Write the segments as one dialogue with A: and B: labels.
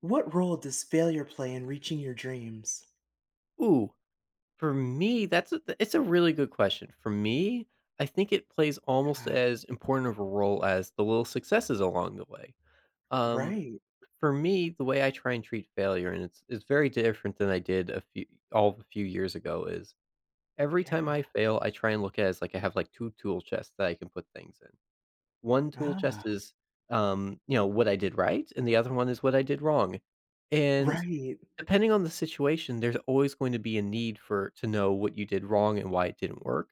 A: What role does failure play in reaching your dreams?
B: Ooh, for me, that's it's a really good question. For me, I think it plays almost
A: Ah,
B: as important of a role as the little successes along the way. Um,
A: right.
B: for me, the way I try and treat failure, and it's very different than I did a few years ago, is every
A: Yeah.
B: time I fail, I try and look at it as like I have like two tool chests that I can put things in. One tool chest
A: Ah,
B: is you know, what I did right, and the other one is what I did wrong. And
A: right.
B: depending on the situation, there's always going to be a need for to know what you did wrong and why it didn't work,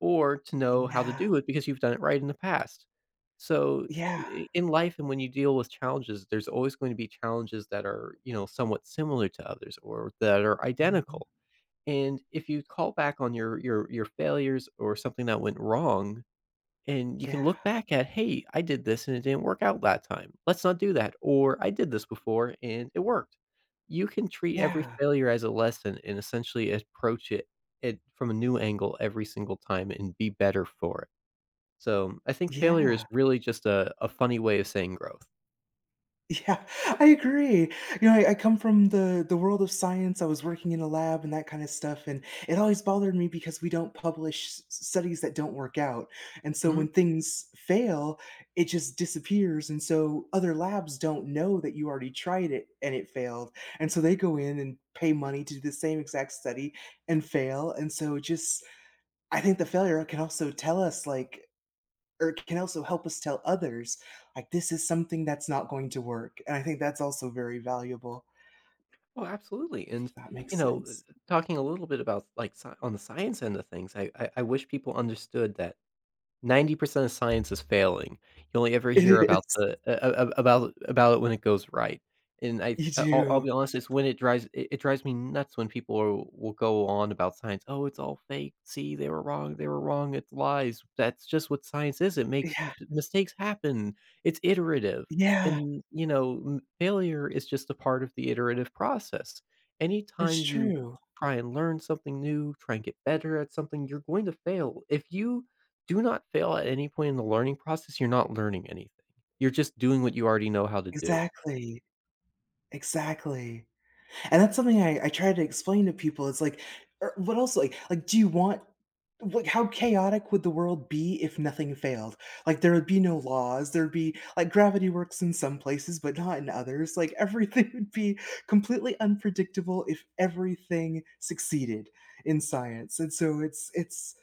B: or to know how to
A: Yeah.
B: do it because you've done it right in the past. So
A: Yeah.
B: in life and when you deal with challenges, there's always going to be challenges that are, you know, somewhat similar to others or that are
A: Mhm.
B: identical. And if you call back on your failures or something that went wrong, and you
A: Yeah.
B: can look back at, "Hey, I did this and it didn't work out that time. Let's not do that." Or, "I did this before and it worked." You can treat every
A: Yeah.
B: failure as a lesson and essentially approach it from a new angle every single time and be better for it. So, I think failure is
A: Yeah.
B: really just a funny way of saying growth.
A: Yeah, I agree. You know, I come from the world of science. I was working in a lab and that kind of stuff, and it always bothered me because we don't publish studies that don't work out. And so when
B: Mhm.
A: things fail, it just disappears. And so other labs don't know that you already tried it and it failed. And so they go in and pay money to do the same exact study and fail. And so just I think the failure can also tell us like or it can also help us tell others, like, this is something that's not going to work. And I think that's also very valuable.
B: Oh, absolutely.
A: If
B: And,
A: that
B: you
A: makes
B: know,
A: sense.
B: talking a little bit about like on the science end of things, I wish people understood that 90% of science is failing. You only ever
A: It
B: hear about
A: is.
B: the a about it when it goes right, and I
A: You
B: I'll I'll
A: do.
B: be honest, it's when it drives it it drives me nuts when people will go on about science, "Oh, it's all fake. See, they were wrong. They were wrong. It's lies. That's just what science is. It makes
A: Yeah.
B: the p mistakes happen. It's iterative."
A: Yeah.
B: And, you know, m failure is just a part of the iterative process.
A: It's
B: Anytime you
A: true.
B: try and learn something new, try and get better at something, you're going to fail. If you do not fail at any point in the learning process. You're not learning anything. You're just doing what you already know how to do.
A: Exactly. Exactly. And that's something I try to explain to people. It's like, what else? Like, do you want? Like, how chaotic would the world be if nothing failed? Like, there would be no laws. There'd be like gravity works in some places, but not in others. Like, everything would be completely unpredictable if everything succeeded in science. And so it's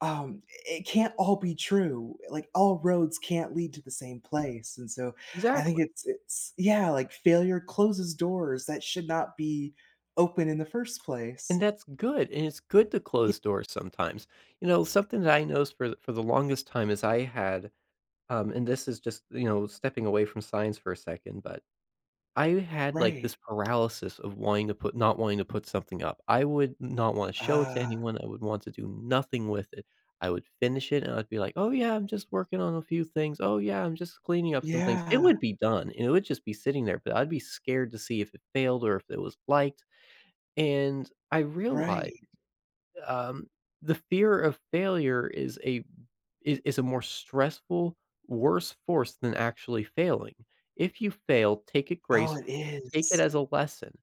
A: it can't all be true like all roads can't lead to the same place and so I think
B: Exactly.
A: it's yeah, like, failure closes doors that should not be open in the first
B: And
A: place.
B: that's good. And it's good to
A: Yeah,
B: close doors sometimes. You know, something that I noticed for the longest time is I had, and this is just you know stepping away from science for a second, but I had, like,
A: right.
B: this paralysis of wanting to put not wanting to put something up. I would not wanna show it to
A: Ah,
B: anyone, I would want to do nothing with it. I would finish it, and I'd be like, "Oh, yeah, I'm just working on a few things. Oh, yeah, I'm just cleaning up some things." It
A: yeah,
B: would be done, and it would just be sitting there, but I'd be scared to see if it failed or if it was liked, and I realized
A: right.
B: um, the fear of failure is a more stressful, worse force than actually failing. If you fail, take it
A: Oh, it
B: gracefully, take it
A: is.
B: as a lesson,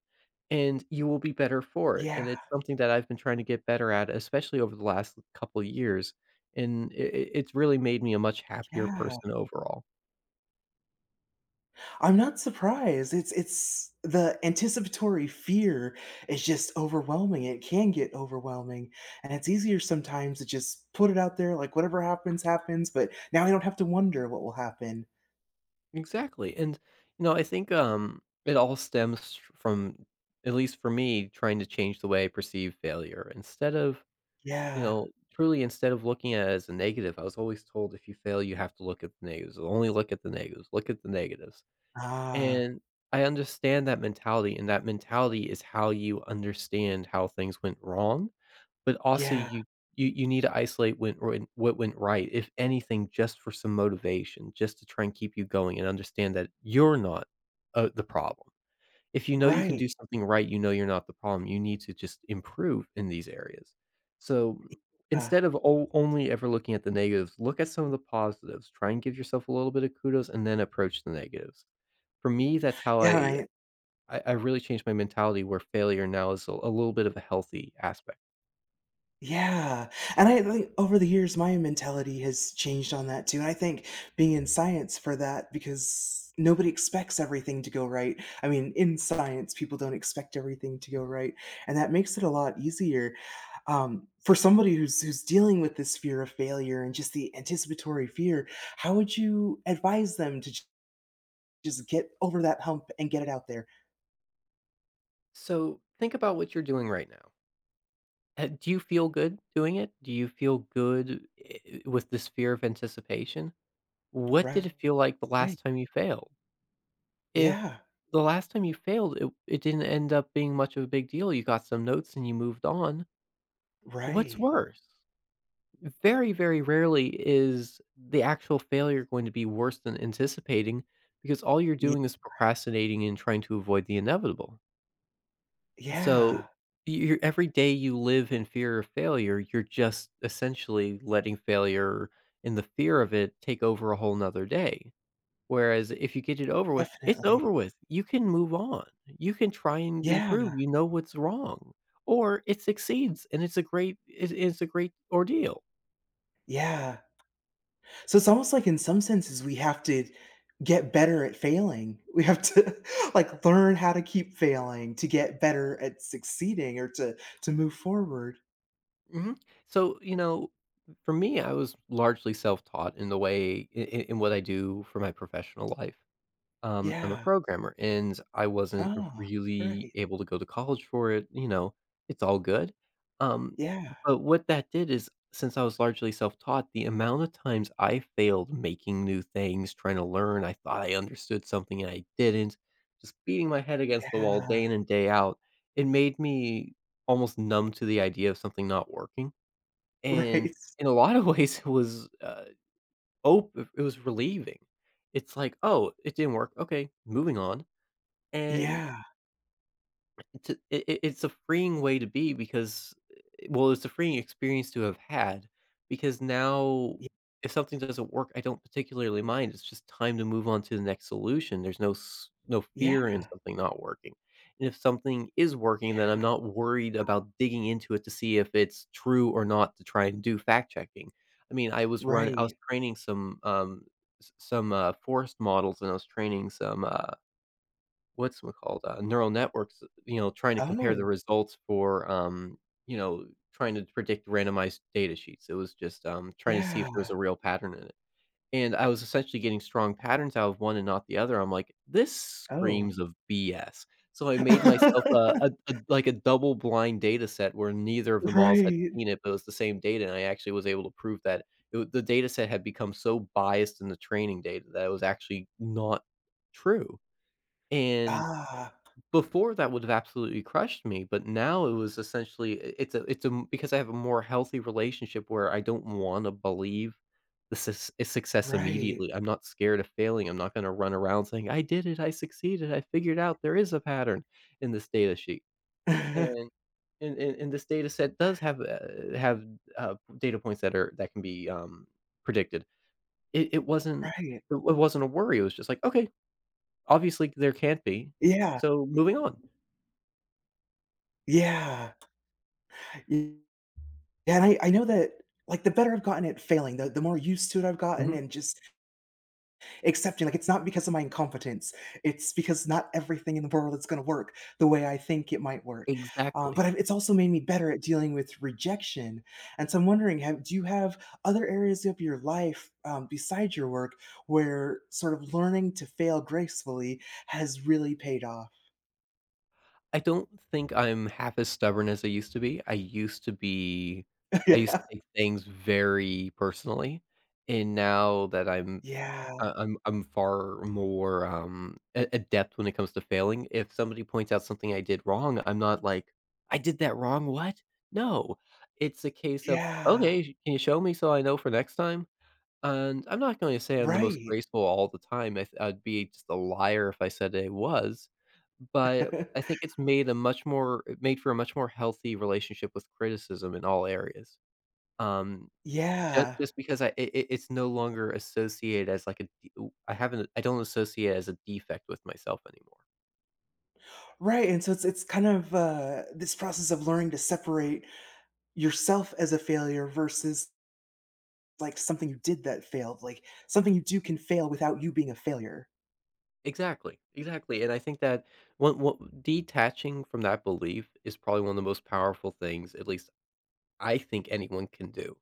B: and you will be better for it.
A: Yeah,
B: And it's something that I've been trying to get better at, especially over the last couple years. And it's really made me a much happier
A: yeah.
B: person overall.
A: I'm not surprised. It's the anticipatory fear is just overwhelming. It can get overwhelming, and it's easier sometimes to just put it out there, like, whatever happens, happens, but now I don't have to wonder what will happen.
B: Exactly. And you know, I think it all stems from at least for me trying to change the way I perceive failure. Instead of you
A: Yeah.
B: know, truly instead of looking at it as a negative, I was always told if you fail, you have to look at the negatives. Only look at the negatives. Look at the negatives.
A: Ah,
B: And I understand that mentality, and that mentality is how you understand how things went wrong, but also
A: yeah,
B: you need to isolate what went right, if anything, just for some motivation, just to try and keep you going and understand that you're not the problem. If you know you can
A: right,
B: do something right, you know you're not the problem. You need to just improve in these areas. So
A: uh.
B: instead of only ever looking at the negatives, look at some of the positives. Try and give yourself a little bit of kudos and then approach the negatives. For me, that's how
A: Yeah, and I
B: I really changed my mentality where failure now is a little bit of a healthy aspect.
A: yeah, and I think over the years, my mentality has changed on that too, and I think being in science for that because nobody expects everything to go right. I mean, in science, people don't expect everything to go right, and that makes it a lot easier, for somebody who's dealing with this fear of failure and just the anticipatory fear, how would you advise them to j just get over that hump and get it out there?
B: So think about what you're doing right now. Do you feel good doing it? Do you feel good with this fear of anticipation? What did
A: Right.
B: it feel like the
A: Right.
B: last time you failed? If
A: Yeah.
B: the last time you failed, it didn't end up being much of a big deal, you got some notes and you moved on, what's
A: Right.
B: worse? Very, very rarely is the actual failure going to be worse than anticipating because all you're
A: Ye
B: doing is procrastinating and trying to avoid the inevitable. So,
A: yeah.
B: y every day you live in fear of failure, you're just essentially letting failure and the fear of it take over a whole 'nother day. Whereas if you get it over with, it's
A: Definitely.
B: over with. You can move on. You can try and
A: Yeah,
B: improve. You know what's wrong, or it succeeds, and it's it's a great ordeal.
A: yeah. So it's almost like in some senses we have to get better at failing. We have to like learn how to keep failing to get better at succeeding or to move forward.
B: Mhm. So you know, for me, I was largely self taught in the way in what I do for my professional life. I'm a
A: Yeah.
B: programmer, and I wasn't
A: Oh,
B: really
A: right.
B: able to go to college for it, you know, it's all good. Um,
A: Yeah.
B: but what that did is since I was largely self-taught, the amount of times I failed making new things, trying to learn, I thought I understood something and I didn't, just beating my head against the wall day
A: Yeah.
B: in and day out, it made me almost numb to the idea of something not working, and
A: Right.
B: in a lot of ways, it was, oh, it was relieving. It's like, "Oh, it didn't work. Okay, moving on." And
A: Yeah.
B: to it it it's a freeing way to be because well, it's a freeing experience to have had because now
A: Y-.
B: if something doesn't work, I don't particularly mind. It's just time to move on to the next solution. There's no
A: Yeah.
B: fear in something not working. And if something is working, then I'm not worried about digging into it to see if it's true or not to try and do fact checking. I mean, I was
A: Right.
B: training some, s some, forest models and I was training some, what's it called, neural networks, you know, trying to compare the
A: Oh.
B: results for, you know, trying to predict randomized data sheets. It was just, trying to see
A: Yeah.
B: if there was a real pattern in it. And I was essentially getting strong patterns out of one and not the other. I'm like, "This
A: Oh.
B: screams of BS." So I made myself a like a double blind data set where neither of the models had
A: Right.
B: seen it, but it was the same data, and I actually was able to prove that it w the data set had become so biased in the training data that it was actually not true. And
A: Ah,
B: before that would have absolutely crushed me, but now it was essentially I it's because I have a more healthy relationship where I don't wanna believe the sus success
A: right.
B: immediately. I'm not scared of failing. I'm not gonna run around saying, "I did it. I succeeded. I figured out there is a pattern in this data sheet." And this data set does have, data points that are that can be, predicted. It wasn't
A: Right.
B: it wasn't a worry. It was just like, "Okay, obviously there can't be,
A: Yeah.
B: so moving on."
A: Yeah. Yeah, and I know that, like, the better I've gotten at failing, the more used to it I've gotten
B: Mhm.
A: and just accepting, like, it's not because of my incompetence, it's because not everything in the world is gonna work the way I think it might work,
B: Exactly.
A: but I've, it's also made me better at dealing with rejection, and so I'm wondering, have do you have other areas of your life, besides your work where sort of learning to fail gracefully has really paid off?
B: I don't think I'm half as stubborn as I used to be. I used to be I used
A: Yeah.
B: to take things very personally, and now that I'm
A: Yeah,
B: I I'm far more, a adept when it comes to failing. If somebody points out something I did wrong, I'm not like, "I did that wrong, what?" No. It's a case of,
A: yeah,
B: "Okay, can you show me so I know for next time?" And I'm not going to say I'm the most
A: right.
B: graceful all the time. I'd be just a liar if I said I was. But I think it's made a much more it made for a much more healthy relationship with criticism in all areas. Um, just,
A: Yeah.
B: just because it's no longer associated as like I don't associate it as a defect with myself anymore.
A: Right, and so it's kind of, this process of learning to separate yourself as a failure versus, like, something you did that failed, like, something you do can fail without you being a failure.
B: Exactly, exactly. And I think that one detaching from that belief is probably one of the most powerful things, at least I think anyone can do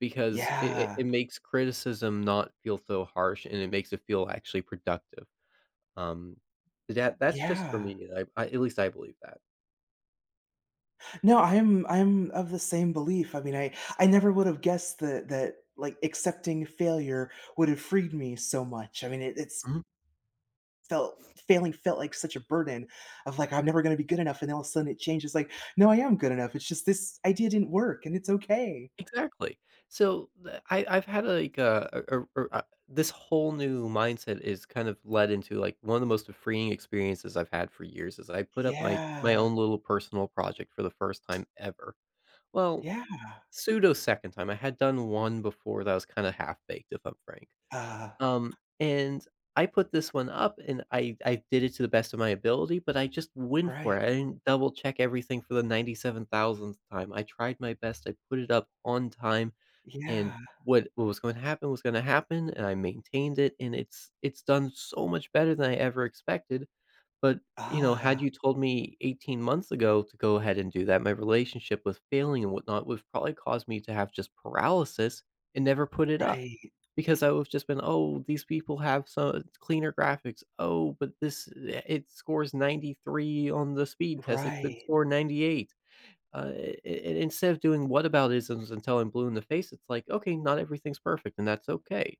B: because it it
A: Yeah.
B: it makes criticism not feel so harsh, and it makes it feel actually productive. Um, that's just for
A: Yeah.
B: me, I at least I believe that.
A: No, I'm of the same belief, I mean, I never would have guessed that, like, accepting failure would have freed me so much, I mean, it's
B: Mhm.
A: felt failing felt like such a burden of, like, "I'm never gonna be good enough," and all of a sudden it changes, like, "No, I am good enough, it's just this idea didn't work, and it's okay."
B: Exactly. So, the I I've had, like, a this whole new mindset is kind of led into, like, one of the most freeing experiences I've had for years is I put up my
A: Yeah.
B: own little personal project for the first time ever. Well,
A: Yeah.
B: pseudo second time, I had done one before that was kinda half-baked, if I'm frank.
A: Uh.
B: And I put this one up and I did it to the best of my ability, but I just went for it. I
A: Right.
B: didn't double check everything for the 97,000th time. I tried my best. I put it up on time and
A: Yeah.
B: what was going to happen was going to happen and I maintained it and it's done so much better than I ever expected. But, you know, had
A: Ah,
B: you told me 18 months ago to go ahead and do that, my relationship with failing and whatnot would have probably caused me to have just paralysis and never put it up.
A: right.
B: Because I was just been, "Oh, these people have some cleaner graphics. Oh, but it scores 93 on the speed test, it could
A: Right.
B: score 98." I instead of doing whataboutisms and telling blue in the face, it's like, "Okay, not everything's perfect, and that's okay."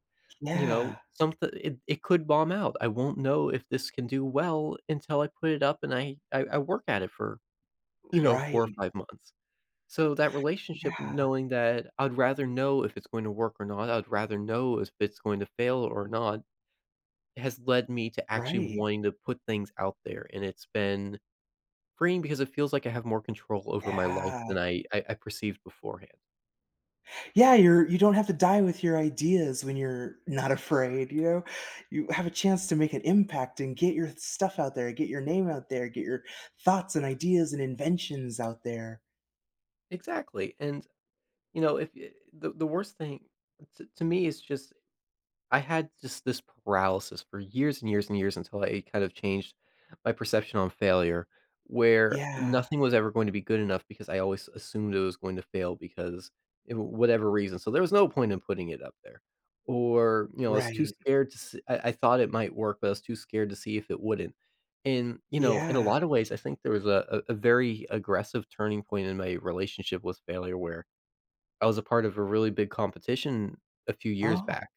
B: You know,
A: Yeah.
B: something it could bomb out. I won't know if this can do well until I put it up and I work at it for, you know, 4 or
A: Right.
B: 5 months. So that relationship,
A: Yeah.
B: knowing that I'd rather know if it's going to work or not, I'd rather know if it's going to fail or not, has led me to actually
A: Right.
B: wanting to put things out there. And it's been freeing because it feels like I have more control over my life
A: Yeah.
B: than I perceived beforehand.
A: Yeah, you're you don't have to die with your ideas when you're not afraid, you know? You have a chance to make an impact and get your stuff out there, get your name out there, get your thoughts and ideas and inventions out there.
B: Exactly. And you know, if y the worst thing to me is just I had just this paralysis for years and years and years until I kind of changed my perception on failure, where
A: Yeah.
B: nothing was ever going to be good enough because I always assumed it was going to fail because it whatever reason, so there was no point in putting it up there. Or, you know, I was too
A: Right.
B: scared to see, I thought it might work, but I was too scared to see if it wouldn't. And, you know, in a
A: Yeah.
B: lot of ways, I think there was a very aggressive turning point in my relationship with failure where I was a part of a really big competition a few years back,
A: Oh.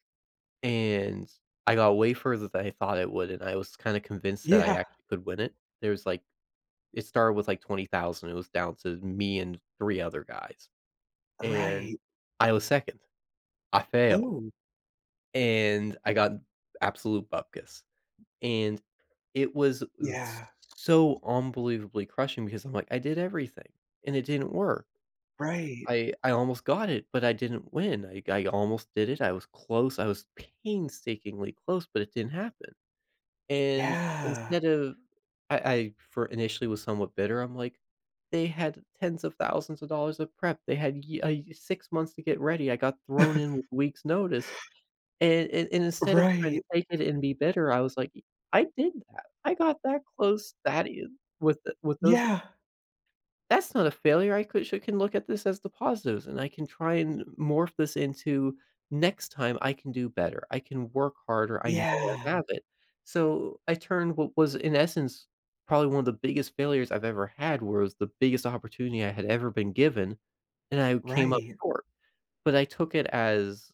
B: and I got way further than I thought it would, and I was kinda convinced that I
A: Yeah.
B: actually could win it. There was, like it started with, like, 20,000, it was down to me and 3 other guys, and
A: Right.
B: I was 2nd. I failed,
A: Oh,
B: and I got absolute bupkis, and it was
A: yeah.
B: so unbelievably crushing because I'm like, "I did everything, and it didn't work."
A: Right.
B: I almost got it, but I didn't win. I almost did it. I was close. I was painstakingly close, but it didn't happen. And
A: Yeah.
B: instead of I for initially was somewhat bitter. I'm like, they had tens of thousands of dollars of prep. They had 6 months to get ready. I got thrown in with weeks notice, and, and instead of trying to
A: Right.
B: take it and be bitter, I was like, I did that. I got that close. That is with the, with those
A: Yeah.
B: that's not a failure, I could should can look at this as the positives, and I can try and morph this into, "Next time, I can do better. I can work harder. I know
A: Yeah.
B: I have it." So, I turned what was, in essence, probably one of the biggest failures I've ever had, where it was the biggest opportunity I had ever been given, and I came up
A: Right.
B: short. But I took it as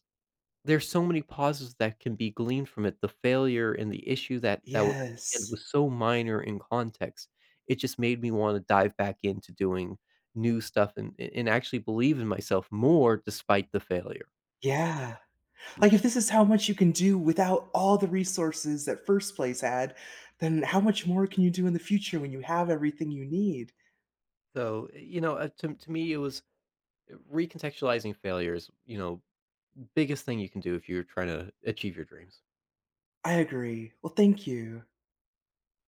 B: there's so many positives that can be gleaned from it. The failure and the issue that was at hand
A: Yes.
B: was so minor in context. It just made me wanna dive back into doing new stuff and actually believe in myself more despite the failure.
A: Yeah. Like, if this is how much you can do without all the resources that First Place had, then how much more can you do in the future when you have everything you need?
B: So, you know, to me, it was recontextualizing failures. You know, biggest thing you can do if you're trying to achieve your dreams.
A: I agree. Well, thank you.